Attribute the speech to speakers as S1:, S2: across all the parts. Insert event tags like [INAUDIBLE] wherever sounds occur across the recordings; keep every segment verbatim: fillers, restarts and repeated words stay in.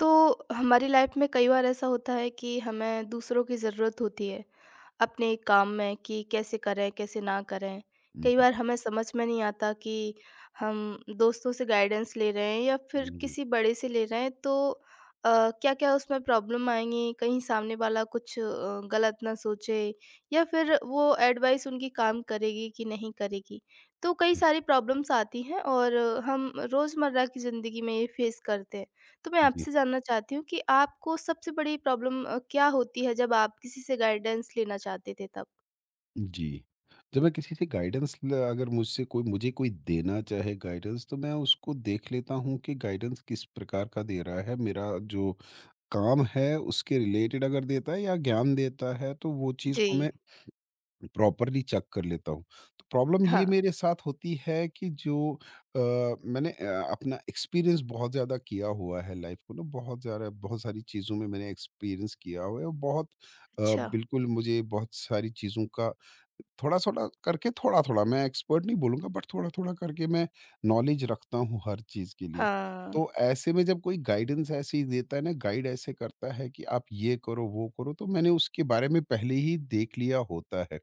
S1: तो हमारी लाइफ में कई बार ऐसा होता है कि हमें दूसरों की ज़रूरत होती है अपने काम में कि कैसे करें कैसे ना करें।
S2: हुँ,
S1: कई
S2: हुँ।
S1: बार हमें समझ में नहीं आता कि हम दोस्तों से गाइडेंस ले रहे हैं या फिर किसी बड़े से ले रहे हैं, तो क्या क्या उसमें प्रॉब्लम आएंगी, कहीं सामने वाला कुछ अ, गलत ना सोचे, या फिर वो एडवाइस उनकी काम करेगी कि नहीं करेगी। तो कई सारी प्रॉब्लम्स आती हैं और हम रोज़मर्रा की ज़िंदगी में ये फेस करते हैं। तो मैं
S2: जी, जी,
S1: आपसे जानना चाहती हूँ कि आपको सबसे बड़ी प्रॉब्लम अ, क्या होती है जब आप किसी से गाइडेंस लेना चाहते थे तब?
S2: जी। जब मैं किसी से गाइडेंस ल अगर मुझसे कोई मुझे कोई देना चाहे गाइडेंस, तो मैं उसको देख लेता हूँ कि गाइडेंस किस प्रकार का दे रहा है। मेरा जो काम है उसके रिलेटेड अगर देता है या ज्ञान देता है, तो वो चीज़ को
S1: जी,
S2: मैं प्रॉपरली चेक कर लेता हूँ। तो प्रॉब्लम ये
S1: हाँ।
S2: मेरे साथ होती है कि जो अ, मैंने अ, अपना एक्सपीरियंस बहुत ज़्यादा किया हुआ है लाइफ को ना, बहुत ज़्यादा बहुत सारी चीज़ों में मैंने एक्सपीरियंस किया हुआ है, और बहुत अ,
S1: अच्छा।
S2: बिल्कुल मुझे बहुत सारी चीज़ों का थोड़ा-थोड़ा करके, थोड़ा-थोड़ा मैं एक्सपर्ट नहीं बोलूँगा, बट थोड़ा-थोड़ा करके मैं नॉलेज रखता हूँ हर चीज़ के लिए।
S1: हाँ,
S2: तो ऐसे में जब कोई गाइडेंस ऐसे ही देता है ना, गाइड ऐसे करता है कि आप ये करो, वो करो, तो मैंने उसके बारे में पहले ही देख लिया होता है।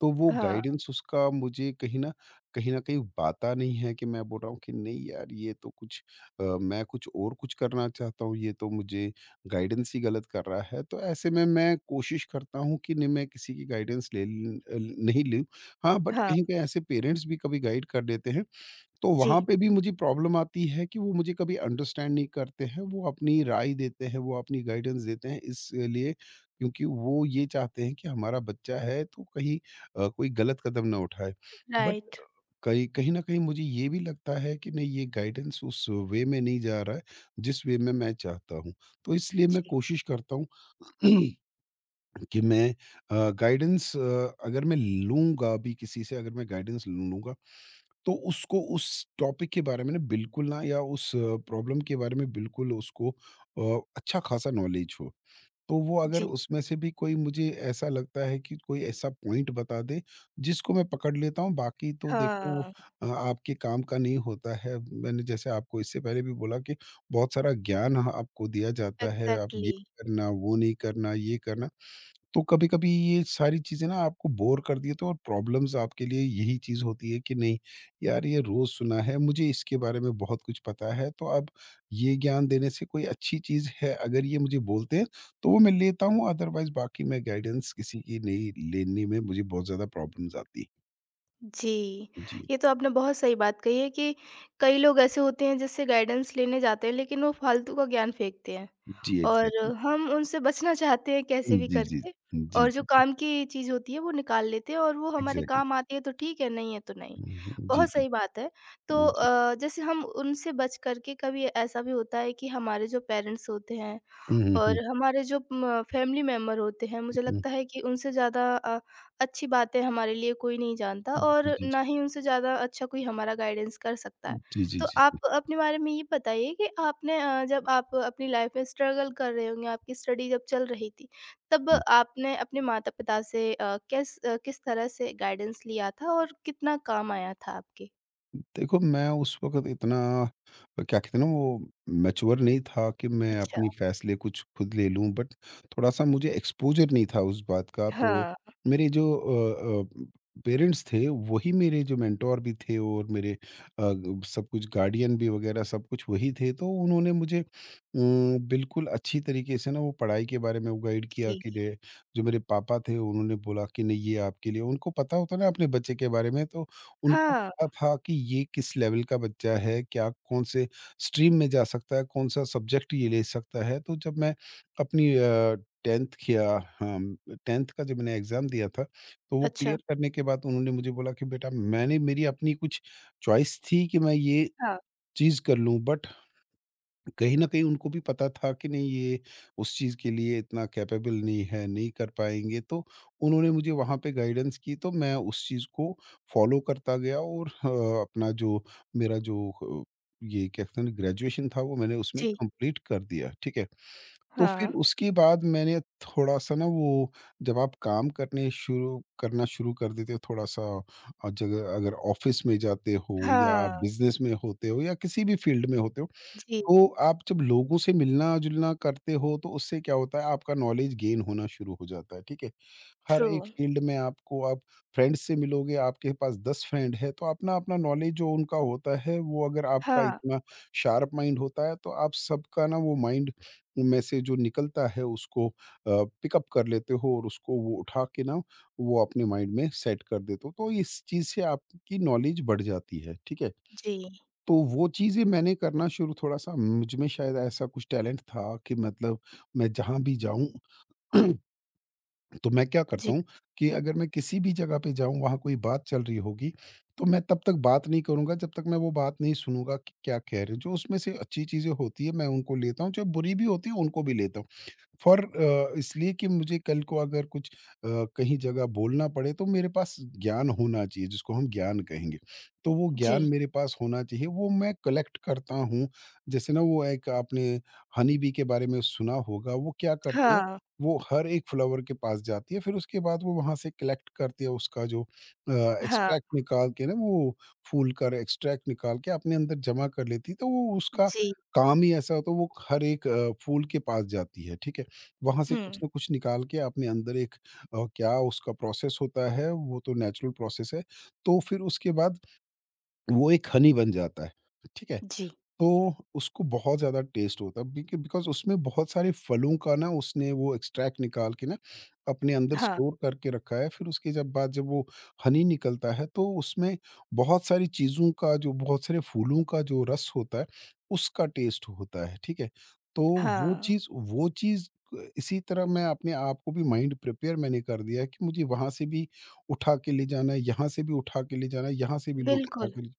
S2: तो वो
S1: हाँ,
S2: गाइडेंस उसका मुझे कहीं न कहीं न कहीं बाता नहीं है कि मैं बोल रहा हूँ कि नहीं यार, ये तो कुछ अ, मैं कुछ और कुछ करना चाहता हूँ, ये तो मुझे गाइडेंस ही गलत कर रहा है। तो ऐसे में मैं कोशिश करता हूँ कि नहीं, मैं किसी की गाइडेंस ले ल नहीं लूँ। हाँ, बट
S1: हाँ।
S2: कहीं पे ऐसे पेरेंट्स भी कभी गाइड कर देते हैं। तो
S1: जी।
S2: वहाँ पे भी मुझे प्रॉब्लम आती है कि वो मुझे कभी अंडरस्टैंड नहीं करते हैं, वो अपनी राय देते हैं, वो अपनी गाइडेंस देते हैं, इसलिए क्योंकि वो ये चाहते हैं कि हमारा बच्चा है, तो कहीं अ, कोई गलत कदम ना उठाए। But
S1: right.
S2: कहीं कहीं न कहीं मुझे ये भी लगता है कि नहीं, ये गाइडेंस उस वे में नहीं जा रहा है, जिस वे में मैं चाहता हूँ। तो इसलिए मैं
S1: जी,
S2: कोशिश करता हूँ [CLEARS THROAT] कि मैं अ, गाइडेंस, अ, अगर मैं लूँगा भी किसी से अगर मैं गाइडेंस लूँगा, तो उसको उस टॉपिक के बारे में ना, बिल्कुल ना, या उस प्रॉब्लम के बारे में बिल्कुल उसको अ, अच्छा खासा नॉलेज हो। तो वो अगर
S1: जी।
S2: उसमें से भी कोई, मुझे ऐसा लगता है कि कोई ऐसा पॉइंट बता दे, जिसको मैं पकड़ लेता हूँ, बाकी तो देखो
S1: हाँ।
S2: अ, आपके काम का नहीं होता है। मैंने जैसे आपको इससे पहले भी बोला कि बहुत सारा ज्ञान ह आपको दिया जाता है, आप ये
S1: एग्ज़ैक्टली।
S2: करना, वो नहीं करना, ये करना। तो कभी-कभी ये सारी चीज़ें ना आपको बोर कर देती है, तो और प्रॉब्लम्स आपके लिए यही चीज़ होती है कि नहीं, यार ये रोज़ सुना है, मुझे इसके बारे में बहुत कुछ पता है, तो अब ये ज्ञान देने से कोई अच्छी चीज़ है अगर ये मुझे बोलते हैं, तो वो मैं लेता हूँ, अदरवाइज़ बाकी मैं गाइडेंस किसी की नहीं लेने में मुझे बहुत ज़्यादा प्रॉब्लम्स आती है।
S1: जी,
S2: जी।
S1: ये तो आपने बहुत सही बात कही है कि कई लोग ऐसे होते हैं जिससे गाइडेंस लेने जाते हैं लेकिन वो फालतू का ज्ञान फेंकते हैं
S2: जी,
S1: और
S2: एग्ज़ैक्टली।
S1: हम उनसे बचना चाहते हैं कैसे भी
S2: जी, जी।
S1: करके।
S2: जी, जी,
S1: और जो
S2: जी।
S1: काम की चीज़ होती है वो निकाल लेते हैं और वो हमारे
S2: एग्ज़ैक्टली।
S1: काम आती है तो ठीक है, नहीं है तो नहीं।
S2: हुँ, हुँ। जी,
S1: बहुत सही बात
S2: बिल्कुल।
S1: है। तो
S2: हुँ, जी।
S1: अ, जैसे हम उनसे बच कर के कभी ऐसा भी होता है कि हमारे जो पेरेंट्स होते हैं
S2: हुँ, हुँ,
S1: और
S2: हुँ,
S1: हमारे जो म फैमिली मेंबर होते हैं, मुझे
S2: हुँ, हुँ।
S1: लगता है कि उनसे ज़्यादा अ, अच्छी बातें हमारे लिए कोई नहीं जानता और
S2: जी, जी,
S1: ना
S2: जी।
S1: ही उनसे ज़्यादा अच्छा कोई हमारा गाइडेंस कर सकता है।
S2: जी, जी,
S1: तो
S2: जी,
S1: आप
S2: जी।
S1: अपने बारे में ये बताइए कि आपने अ, जब आप अपनी लाइफ़ में स्ट्रगल कर रहे होंगे, आपकी स्टडी जब चल रही थी, तब आपने अपने माता-पिता से अ, किस अ, किस तरह से गाइडेंस लिया था और कितना काम आया था आपके?
S2: देखो, मैं उस वक़्त इतना, क्या कहते हैं ना वो, मैच्योर नहीं था कि मैं
S1: अच्छा,
S2: अपनी फ़ैसले कुछ खुद ले लूँ, बट थोड़ा-सा मुझे एक्सपोज़र नहीं था उस बात का, तो
S1: हाँ,
S2: मेरे जो अ अ, पेरेंट्स थे वही मेरे जो मेंटर भी थे, और मेरे अ, सब कुछ गार्डियन भी वग़ैरह सब कुछ वही थे, तो उन्होंने मुझे अ, बिल्कुल अच्छी तरीके से ना वो पढ़ाई के बारे में वो गाइड किया, कि
S1: जी,
S2: डे जो मेरे पापा थे उन्होंने बोला कि नहीं ये आपके लिए, उनको पता होता है ना अपने बच्चे के बारे में, तो उनको
S1: हाँ,
S2: पता था कि ये किस लेवल का बच्चा है, क्या कौन से स्ट्रीम में जा सकता है, कौन-सा सब्जेक्ट ये ले सकता है। तो जब मैं अपनी अ, टेंथ किया, हाँ, टेंथ का जब मैंने एग्ज़ाम दिया था, तो वो
S1: अच्छा,
S2: क्लियर करने के बाद उन्होंने मुझे बोला कि बेटा, मैंने मेरी अपनी कुछ चॉइस थी कि मैं ये
S1: हाँ,
S2: चीज़ कर लूँ, बट कहीं न कहीं उनको भी पता था कि नहीं ये उस चीज़ के लिए इतना कैपेबल नहीं है, नहीं कर पाएँगे, तो उन्होंने मुझे वहाँ पे गाइडेंस की, तो मैं उस चीज़ को फ़ॉलो करता गया, और अ, अपना जो मेरा जो अ, ये क्या कहते हैं ना, ग्रेजुएशन था, वो मैंने उसमें
S1: जी,
S2: कंप्लीट कर दिया, ठीक है। तो फिर
S1: हाँ,
S2: उसके बाद मैंने थोड़ा-सा ना वो, जब आप काम करने शुरू करना शुरू कर देते हो, थोड़ा-सा अ, जगह अगर ऑफ़िस में जाते हो या
S1: हाँ,
S2: बिज़नेस में होते हो या किसी भी फ़ील्ड में होते हो,
S1: जी।
S2: तो आप जब लोगों से मिलना-जुलना करते हो, तो उससे क्या होता है, आपका नॉलेज गेन होना शुरू हो जाता है, ठीक है? हर
S1: ट्रू,
S2: एक फील्ड में आपको आप फ्रेंड्स से मिलोगे, आपके पास दस फ्रेंड है, तो अपना-अपना नॉलेज जो उनका होता है, वो, अगर आपका
S1: हाँ,
S2: इतना शार्प माइंड होता है, तो आप सबका ना वो माइंड में से जो निकलता है, उसको अ, पिकअप कर लेते हो, और उसको वो उठा के ना, वो अपने माइंड में सेट कर देते हो। तो इस चीज़ से आपकी नॉलेज बढ़ जाती है, ठीक है?
S1: जी,
S2: तो वो चीज़ें मैंने करना शुरू, थोड़ा-सा मुझ में शायद ऐसा कुछ टैलेंट था कि, मतलब मैं जहाँ भी जाऊँ [CLEARS THROAT] तो मैं क्या करता
S1: जी,
S2: हूँ कि अगर मैं किसी भी जगह पे जाऊँ, वहाँ कोई बात चल रही होगी, तो मैं तब तक बात नहीं करूँगा जब तक मैं वो बात नहीं सुनूँगा कि क्या कह रहे हैं। जो उसमें से अच्छी चीज़ें होती हैं, मैं उनको लेता हूँ, जो बुरी भी होती है, उनको भी लेता हूँ। फॉर अ, इसलिए कि मुझे कल को अगर कुछ अ, कहीं जगह बोलना पड़े, तो मेरे पास ज्ञान होना चाहिए, जिसको हम ज्ञान कहेंगे। तो वो ज्ञान
S1: जी,
S2: मेरे पास होना चाहिए, वो मैं कलेक्ट करता हूँ। जैसे ना, वो एक आपने हनी बी के बारे में सुना होगा, वो क्या करती है,
S1: हाँ,
S2: वो हर एक फ्लावर के पास जाती है, फिर उसके बाद वो वहाँ से कलेक्ट करती है, उसका जो अ,
S1: हाँ,
S2: एक्सट्रैक्ट निकाल के ना, वो फूल का एक्सट्रैक्ट निकाल के अपने अंदर जमा कर लेती है, तो वो उसका
S1: जी,
S2: काम ही ऐसा होता है, वो हर एक अ, फूल के पास जाती है, ठीक है? वहाँ से कुछ
S1: हुँ,
S2: ना कुछ निकाल के अपने अंदर एक अ, क्या उसका प्रोसेस होता है, वो तो नेचुरल प्रोसेस है। तो फिर उसके बाद वो एक हनी बन जाता है, ठीक है?
S1: जी,
S2: तो उसको बहुत ज़्यादा टेस्ट होता है, बिक बिकॉज़ उसमें बहुत सारे फलों का ना, उसने वो एक्सट्रैक्ट निकाल के ना अपने अंदर
S1: हाँ,
S2: स्टोर करके रखा है। फिर उसके जब बाद जब वो हनी निकलता है, तो उसमें बहुत सारी चीज़ों का जो, बहुत सारे फूलों का जो रस होता है, उसका टेस्ट होता है, ठीक है? तो वो
S1: हाँ,
S2: चीज़ वो चीज़ अ, इसी तरह मैं अपने आप को भी माइंड प्रिपेयर मैंने कर दिया है कि मुझे वहाँ से भी उठा के ले जाना है, यहाँ से भी उठा के ले जाना है, यहाँ से भी लो उठा
S1: बिल्कुल,
S2: के ले,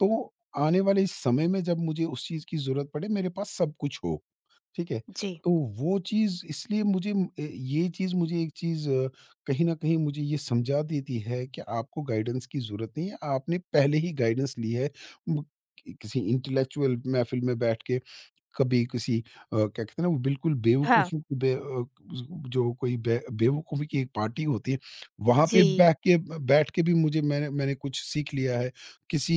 S2: तो आने वाले इस समय में जब मुझे उस चीज़ की ज़रूरत पड़े, मेरे पास सब कुछ हो, ठीक है?
S1: जी,
S2: तो वो चीज़ इसलिए मुझे म ए ये चीज़ मुझे एक चीज़ कहीं न कहीं मुझे ये समझा देती है कि आपको गाइडेंस की ज़रूरत नहीं है, आपने पहले ही गाइडेंस ली है। म कि किसी इंटेलेक्चुअल महफ़िल में बैठ के, कभी किसी अ, क्या कहते हैं ना वो, बिल्कुल
S1: हाँ,
S2: बेवकूफ़ी की बे अ, जो कोई बे बेवकूफ़ी की एक पार्टी होती है, वहाँ पे
S1: जी,
S2: बैठ के बैठ के भी मुझे मैंने मैंने कुछ सीख लिया है।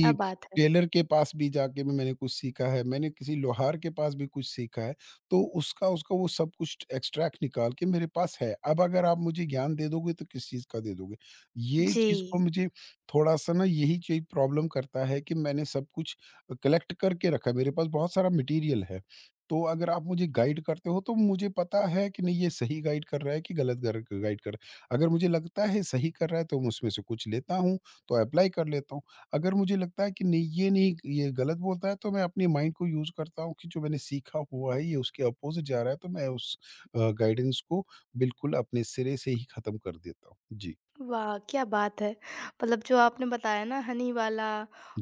S1: क्या बात है!
S2: टेलर के पास भी जाके भी मैंने कुछ सीखा है, मैंने किसी लोहार के पास भी कुछ सीखा है, तो उसका उसका वो सब कुछ एक्सट्रैक्ट निकाल के मेरे पास है। अब अगर आप मुझे ज्ञान दे दोगे, तो किस चीज़ का दे दोगे? ये चीज़
S1: जी।
S2: को मुझे थोड़ा-सा ना यही चीज़ प्रॉब्लम करता है कि मैंने सब कुछ कलेक्ट करके रखा है, मेरे पास बहुत सारा मटेरियल है। तो अगर आप मुझे गाइड करते हो तो मुझे पता है कि नहीं, ये सही गाइड कर रहा है कि गलत गर- गाइड कर रहा है। अगर मुझे लगता है सही कर रहा है तो मैं उसमें से कुछ लेता हूँ, तो अप्लाई कर लेता हूँ। अगर मुझे लगता है कि नहीं, ये नहीं ये गलत बोलता है तो मैं अपने माइंड को यूज करता हूँ कि जो मैंने सीखा हुआ है ये उसके अपोजिट जा रहा है, तो मैं उस गाइडेंस को बिल्कुल अपने सिरे से ही खत्म कर देता हूँ जी।
S1: वाह! क्या बात है। मतलब जो आपने बताया ना हनी वाला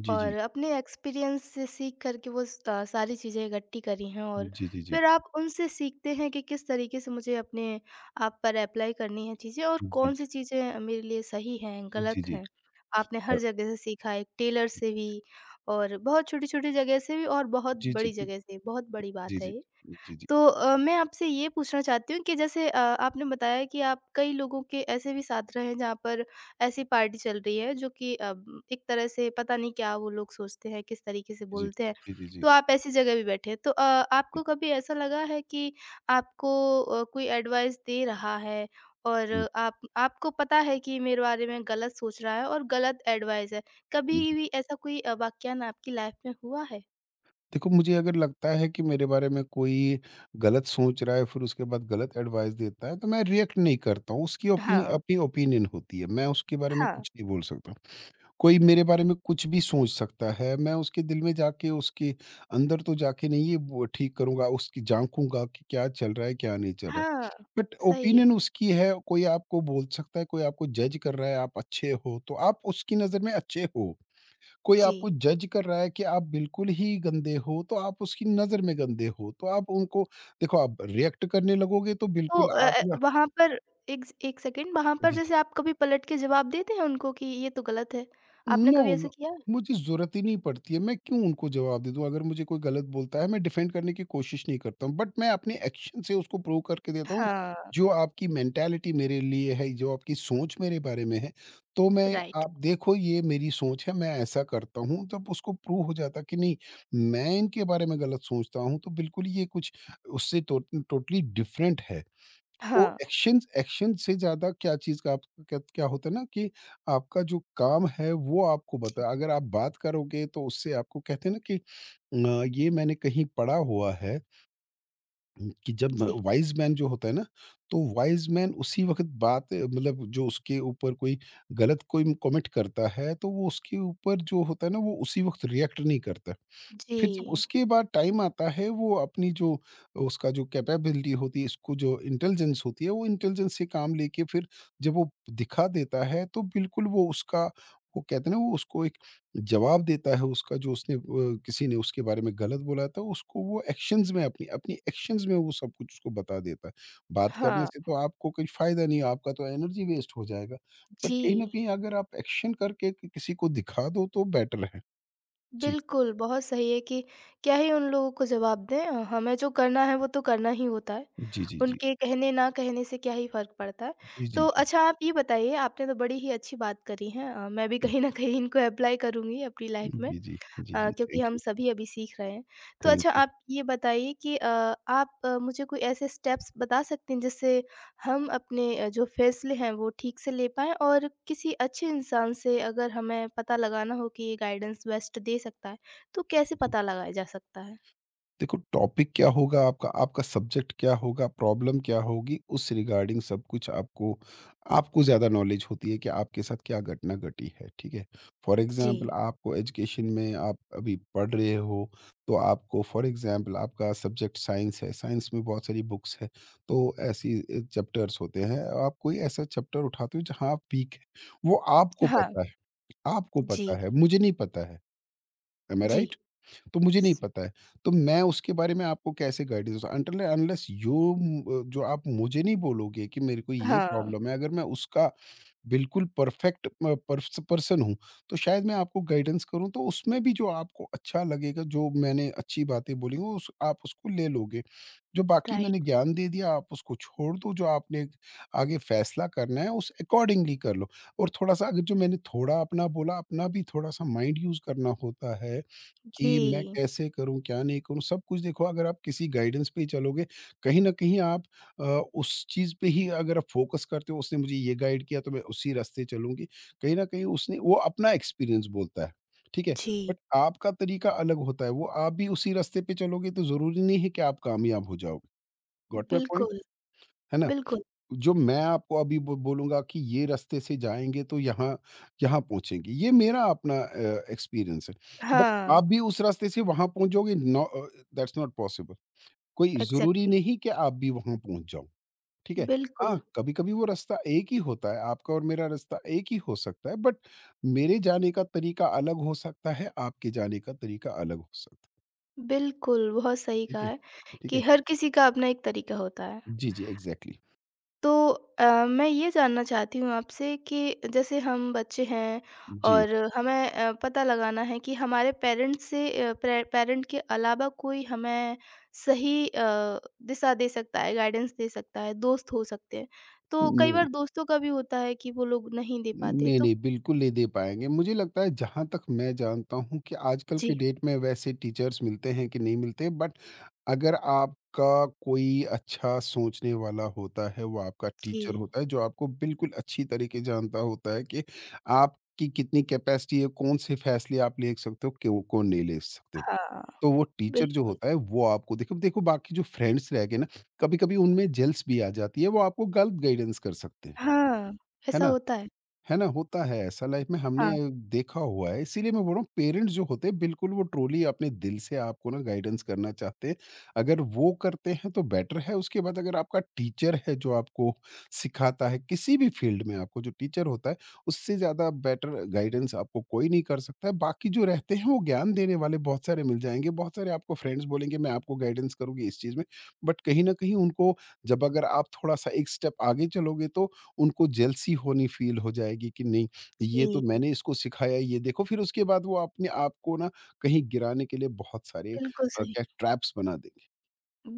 S2: जी,
S1: और
S2: जी,
S1: अपने एक्सपीरियंस से सीख कर के वो स अ, सारी चीज़ें इकट्ठी करी हैं और
S2: जी, जी, जी, जी,
S1: फिर आप उनसे सीखते हैं कि किस तरीके से मुझे अपने आप पर एप्लाई करनी है चीज़ें और कौन-सी चीज़ें मेरे लिए सही हैं,
S2: जी,
S1: गलत
S2: जी, जी,
S1: हैं। आपने हर
S2: और
S1: जगह से सीखा है, एक टेलर से भी और बहुत छोटी-छोटी जगह से भी और बहुत
S2: जी, जी,
S1: बड़ी
S2: जी,
S1: जगह से, बहुत बड़ी
S2: जी,
S1: बात है
S2: जी,
S1: ये।
S2: जी, जी,
S1: तो अ, मैं आपसे ये पूछना चाहती हूँ कि जैसे अ, आपने बताया कि आप कई लोगों के ऐसे भी साथ रहे हैं जहाँ पर ऐसी पार्टी चल रही है जो कि अ, म, एक तरह से पता नहीं क्या वो लोग सोचते हैं किस तरीके से
S2: जी,
S1: बोलते हैं।
S2: जी, जी, जी,
S1: तो आप ऐसी जगह भी बैठे हैं। तो अ, आपको
S2: जी,
S1: कभी ऐसा लगा है कि आपको अ, कोई एडवाइस दे रहा है और आप आपको पता है कि मेरे बारे में गलत सोच रहा है और गलत एडवाइस है, कभी भी
S2: जी।
S1: ऐसा कोई अ, वाक्यान आपकी लाइफ में हुआ है?
S2: देखो, मुझे अगर लगता है कि मेरे बारे में कोई गलत सोच रहा है, फिर उसके बाद गलत एडवाइस देता है, तो मैं रिएक्ट नहीं करता हूँ। उसकी ओपिनियन
S1: हाँ,
S2: अपनी ओपिनियन होती है। मैं उसके बारे में
S1: हाँ,
S2: कुछ नहीं बोल सकता। कोई मेरे बारे में कुछ भी सोच सकता है। मैं उसके दिल में जाके, उसके अंदर तो जाके नहीं, ये वो ठीक करूँगा, उसकी झाँकूँगा कि क्या चल रहा है, क्या नहीं चल रहा
S1: हाँ,
S2: है। बट
S1: सही,
S2: ओपिनियन उसकी है, कोई आपको बोल सकता है, कोई आपको जज कर रहा है, आप अच्छे हो, तो आप उसकी नज़र में अच्छे हो। कोई
S1: जी।
S2: आपको जज कर रहा है कि आप बिल्कुल ही गंदे हो, तो आप उसकी नज़र में गंदे हो। तो आप उनको देखो, आप रिएक्ट करने लगोगे तो
S1: तो
S2: बिल्कुल
S1: अ
S2: आप
S1: अ,
S2: ना।
S1: वहाँ पर एक स एक सेकंड, वहाँ पर
S2: जी, जी।
S1: जैसे आप कभी पलट के जवाब देते हैं उनको कि ये तो गलत है? आपने कभी
S2: नो,
S1: ऐसा
S2: नो।
S1: किया है?
S2: मुझे ज़रूरत ही नहीं पड़ती है, मैं क्यों उनको जवाब दे दूँ? अगर मुझे कोई गलत बोलता है, मैं डिफेंड करने की कोशिश नहीं करता हूँ, बट मैं अपने एक्शन से उसको प्रूव करके देता हूँ,
S1: हाँ,
S2: जो आपकी मेंटालिटी मेरे लिए है, जो आपकी सोच मेरे बारे में है, तो मैं,
S1: राइट।
S2: आप देखो ये मेरी सोच है, मैं ऐसा करता हूँ, तब उसको प्रूव हो जाता है कि नहीं, मैं इनके बारे में गलत सोचता हूँ, तो बिल्कुल ये कुछ उससे टो टोटली डिफरेंट है। तो
S1: हाँ।
S2: एक्शन, एक्शन से ज़्यादा क्या चीज़ का आप, क्या क्या होता है ना कि आपका जो काम है वो आपको
S1: जी।
S2: बता, अगर आप बात करोगे तो उससे आपको कहते हैं ना कि अ, ये मैंने कहीं पढ़ा हुआ है कि जब
S1: जी,
S2: वाइज मैन जो होता है ना, तो वाइज मैन उसी वक्त बात, मतलब जो उसके ऊपर कोई गलत कोई कमेंट करता है तो वो उसके ऊपर जो होता है ना, वो उसी वक्त रिएक्ट नहीं करता।
S1: जी।
S2: फिर जब उसके बाद टाइम आता है, वो अपनी जो, उसका जो कैपेबिलिटी होती है, इसको जो इंटेलिजेंस होती है, वो इंटेलिजेंस से काम लेके फिर जब वो दिखा देता है तो बिल्कुल वो उसका, वो कहते हैं ना, वो उसको एक जवाब देता है उसका, जो उसने अ, किसी ने उसके बारे में गलत बोला था उसको वो एक्शंस में, अपनी अपनी एक्शंस में वो सब कुछ उसको बता देता है। बात करने
S1: हाँ,
S2: से तो आपको कोई फायदा नहीं, आपका तो एनर्जी वेस्ट हो जाएगा। बट
S1: जी।
S2: कहीं ना कहीं अगर आप एक्शन करके कि- किसी को दिखा दो तो बेटर है। जी,
S1: बिल्कुल, बहुत सही है कि क्या ही उन लोगों को जवाब दें, अ, हमें जो करना है वो तो करना ही होता है।
S2: जी, जी, जी,
S1: उनके कहने ना कहने से क्या ही फ़र्क पड़ता है।
S2: जी, जी,
S1: तो
S2: जी,
S1: अच्छा आप ये बताइए, आपने तो बड़ी ही अच्छी बात करी है, अ, मैं भी कहीं न कहीं इनको एप्लाई करूँगी अपनी लाइफ़ में।
S2: जी, जी। जी,
S1: अ,
S2: जी।
S1: क्योंकि
S2: थैंक
S1: हम
S2: यू,
S1: सभी अभी सीख रहे हैं। तो
S2: थैंक
S1: अच्छा
S2: यू।
S1: आप ये बताइए कि अ, आप अ, मुझे कोई ऐसे स्टेप्स बता सकते हैं जिससे हम अपने अ, जो फ़ैसले हैं वो ठीक से ले पाएँ और किसी अच्छे इंसान से अगर हमें पता लगाना हो कि ये गाइडेंस बेस्ट दे सकता है, तो कैसे
S2: जी।
S1: पता लगाया जा सकता है?
S2: देखो, टॉपिक क्या होगा आपका, आपका सब्जेक्ट क्या होगा, प्रॉब्लम क्या होगी, उस रिगार्डिंग सब कुछ आपको, आपको ज़्यादा नॉलेज होती है कि आपके साथ क्या घटना घटी है, ठीक है? फॉर
S1: जी।
S2: एग्ज़ाम्पल आपको एजुकेशन में आप अभी पढ़ रहे हो, तो आपको, फॉर एग्ज़ाम्पल आपका सब्जेक्ट साइंस है, साइंस में बहुत सारी बुक्स है, तो ऐसी अ, चैप्टर्स होते हैं। आप कोई ऐसा चैप्टर उठाते हो जहाँ आप वीक है, वो आपको
S1: हाँ।
S2: पता है, आपको पता
S1: जी,
S2: है, मुझे नहीं पता है। एम आई
S1: जी।
S2: राइट? तो मुझे
S1: स
S2: नहीं पता है। तो मैं उसके बारे में आपको कैसे guidance, until and unless you, uh, जो आप मुझे नहीं बोलोगे कि मेरे को ये
S1: हाँ।
S2: प्रॉब्लम है, अगर मैं उसका बिल्कुल परफेक्ट अ, पर्स पर्सन हूँ, तो शायद मैं आपको गाइडेंस करूँ, तो उसमें भी जो आपको अच्छा लगेगा, जो मैंने अच्छी बातें बोली वो उस आप उसको ले लोगे। जो बाकी मैंने
S1: राइट।
S2: ज्ञान दे दिया, आप उसको छोड़ दो, जो आपने आगे फ़ैसला करना है, उस अकॉर्डिंगली कर लो। और थोड़ा-सा अगर जो मैंने थोड़ा अपना बोला, अपना भी थोड़ा-सा माइंड यूज़ करना होता है कि मैं
S1: जी।
S2: कैसे करूँ, क्या नहीं करूँ? सब कुछ देखो, अगर आप किसी गाइडेंस पे ही चलोगे, कहीं न कहीं आप अ, उस चीज़ पे ही अगर आप फ़ोकस करते हो, उसने मुझे ये गाइड किया तो मैं उसी रास्ते चलूँगी। कहीं न कहीं उसने वो अपना एक्सपीरियंस बोलता है, ठीक है?
S1: जी,
S2: बट आपका तरीका अलग होता है, वो आप भी उसी रास्ते पे चलोगे तो ज़रूरी नहीं है कि आप कामयाब हो जाओगे। Got my point?
S1: बिल्कुल,
S2: है ना?
S1: बिल्कुल।
S2: जो मैं आपको अभी बो बोलूँगा कि ये रास्ते से जाएँगे तो यहाँ यहाँ पहुँचेंगे, ये मेरा अपना अ, एक्सपीरियंस है। बट
S1: हाँ,
S2: आप भी उस रास्ते से वहाँ पहुँचोगे, no, uh, that's not possible. कोई ज़रूरी
S1: एग्ज़ैक्टली।
S2: नहीं कि आप भी वहाँ पहुँच जाओ, ठीक है?
S1: बिल्कुल।
S2: हाँ, कभी-कभी वो रास्ता एक ही होता है, आपका और मेरा रास्ता एक ही हो सकता है बट मेरे जाने का तरीका अलग हो सकता है, आपके जाने का तरीका अलग हो सकता
S1: बिल्कुल, बहुत
S2: है,
S1: सही
S2: ठीक
S1: कहा
S2: है?
S1: है
S2: ठीक
S1: कि
S2: है?
S1: हर किसी का अपना एक तरीका होता है।
S2: जी, जी, एग्ज़ैक्टली।
S1: तो अ, मैं ये जानना चाहती हूँ आपसे कि जैसे हम बच्चे हैं
S2: जी,
S1: और हमें अ, पता लगाना है कि हमारे पेरेंट्स से अ, प्रे पेरेंट के अलावा कोई हमें सही अ, दिशा दे सकता है, गाइडेंस दे सकता है, दोस्त हो सकते हैं। तो कई बार
S2: नहीं,
S1: दोस्तों का भी होता है कि वो लोग नहीं दे पाते
S2: नहीं,
S1: तो
S2: नहीं, बिल्कुल नहीं दे पाएँगे। मुझे लगता है जहाँ तक मैं जानता हूँ कि आजकल के
S1: जी,
S2: डेट में वैसे टीचर्स मिलते हैं कि नहीं मिलते, बट अगर आपका कोई अच्छा सोचने वाला होता है, वो आपका
S1: जी।
S2: टीचर होता है जो आपको बिल्कुल अच्छी तरीके जानता होता है कि आपकी कितनी कैपेसिटी है, कौन-से फैसले आप ले सकते हो, क्यों कौन नहीं ले सकते हो।
S1: हाँ,
S2: तो वो टीचर जो
S1: बिल्कुल।
S2: होता है वो आपको, देखो देखो बाकी जो फ्रेंड्स रह गए ना, कभी-कभी उनमें जेल्स भी आ जाती है, वो आपको गलत गाइडेंस कर सकते हैं,
S1: हाँ,
S2: है
S1: ऐसा
S2: ना?
S1: होता है।
S2: है ना? होता है ऐसा, लाइफ में हमने
S1: हाँ,
S2: देखा हुआ है। इसीलिए मैं बोल रहा हूँ पेरेंट्स जो होते हैं बिल्कुल वो ट्रूली अपने दिल से आपको ना गाइडेंस करना चाहते हैं। अगर वो करते हैं तो बेटर है। उसके बाद अगर आपका टीचर है जो आपको सिखाता है किसी भी फील्ड में, आपको जो टीचर होता है उससे ज़्यादा बेटर गाइडेंस आपको कोई नहीं कर सकता है। बाकी जो रहते हैं वो ज्ञान देने वाले बहुत सारे मिल जाएँगे। बहुत सारे आपको फ्रेंड्स बोलेंगे मैं आपको गाइडेंस करूँगी इस चीज़ में। बट कहीं न कहीं उनको, जब अगर आप थोड़ा-सा एक स्टेप आगे चलोगे तो उनको जेलसी होनी फ़ील हो जाएगी कि नहीं, ये तो
S1: जी,
S2: मैंने इसको सिखाया, ये देखो, फिर उसके बाद वो अपने आप को ना कहीं गिराने के लिए बहुत सारे
S1: बिल्कुल
S2: अ,
S1: सही।
S2: क्या ट्रैप्स बना देंगे।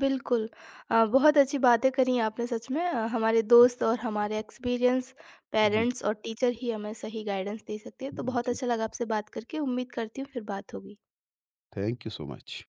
S1: बिल्कुल। अ, बहुत अच्छी बातें करी आपने सच में। अ, हमारे दोस्त और हमारे एक्सपीरियंस,
S2: जी,
S1: पेरेंट्स और टीचर ही हमें सही गाइडेंस दे सकते हैं। तो
S2: जी,
S1: बहुत
S2: जी।
S1: अच्छा लगा आपसे बात करके। उम्मीद करती हूँ फिर बात होगी।
S2: Thank you so much.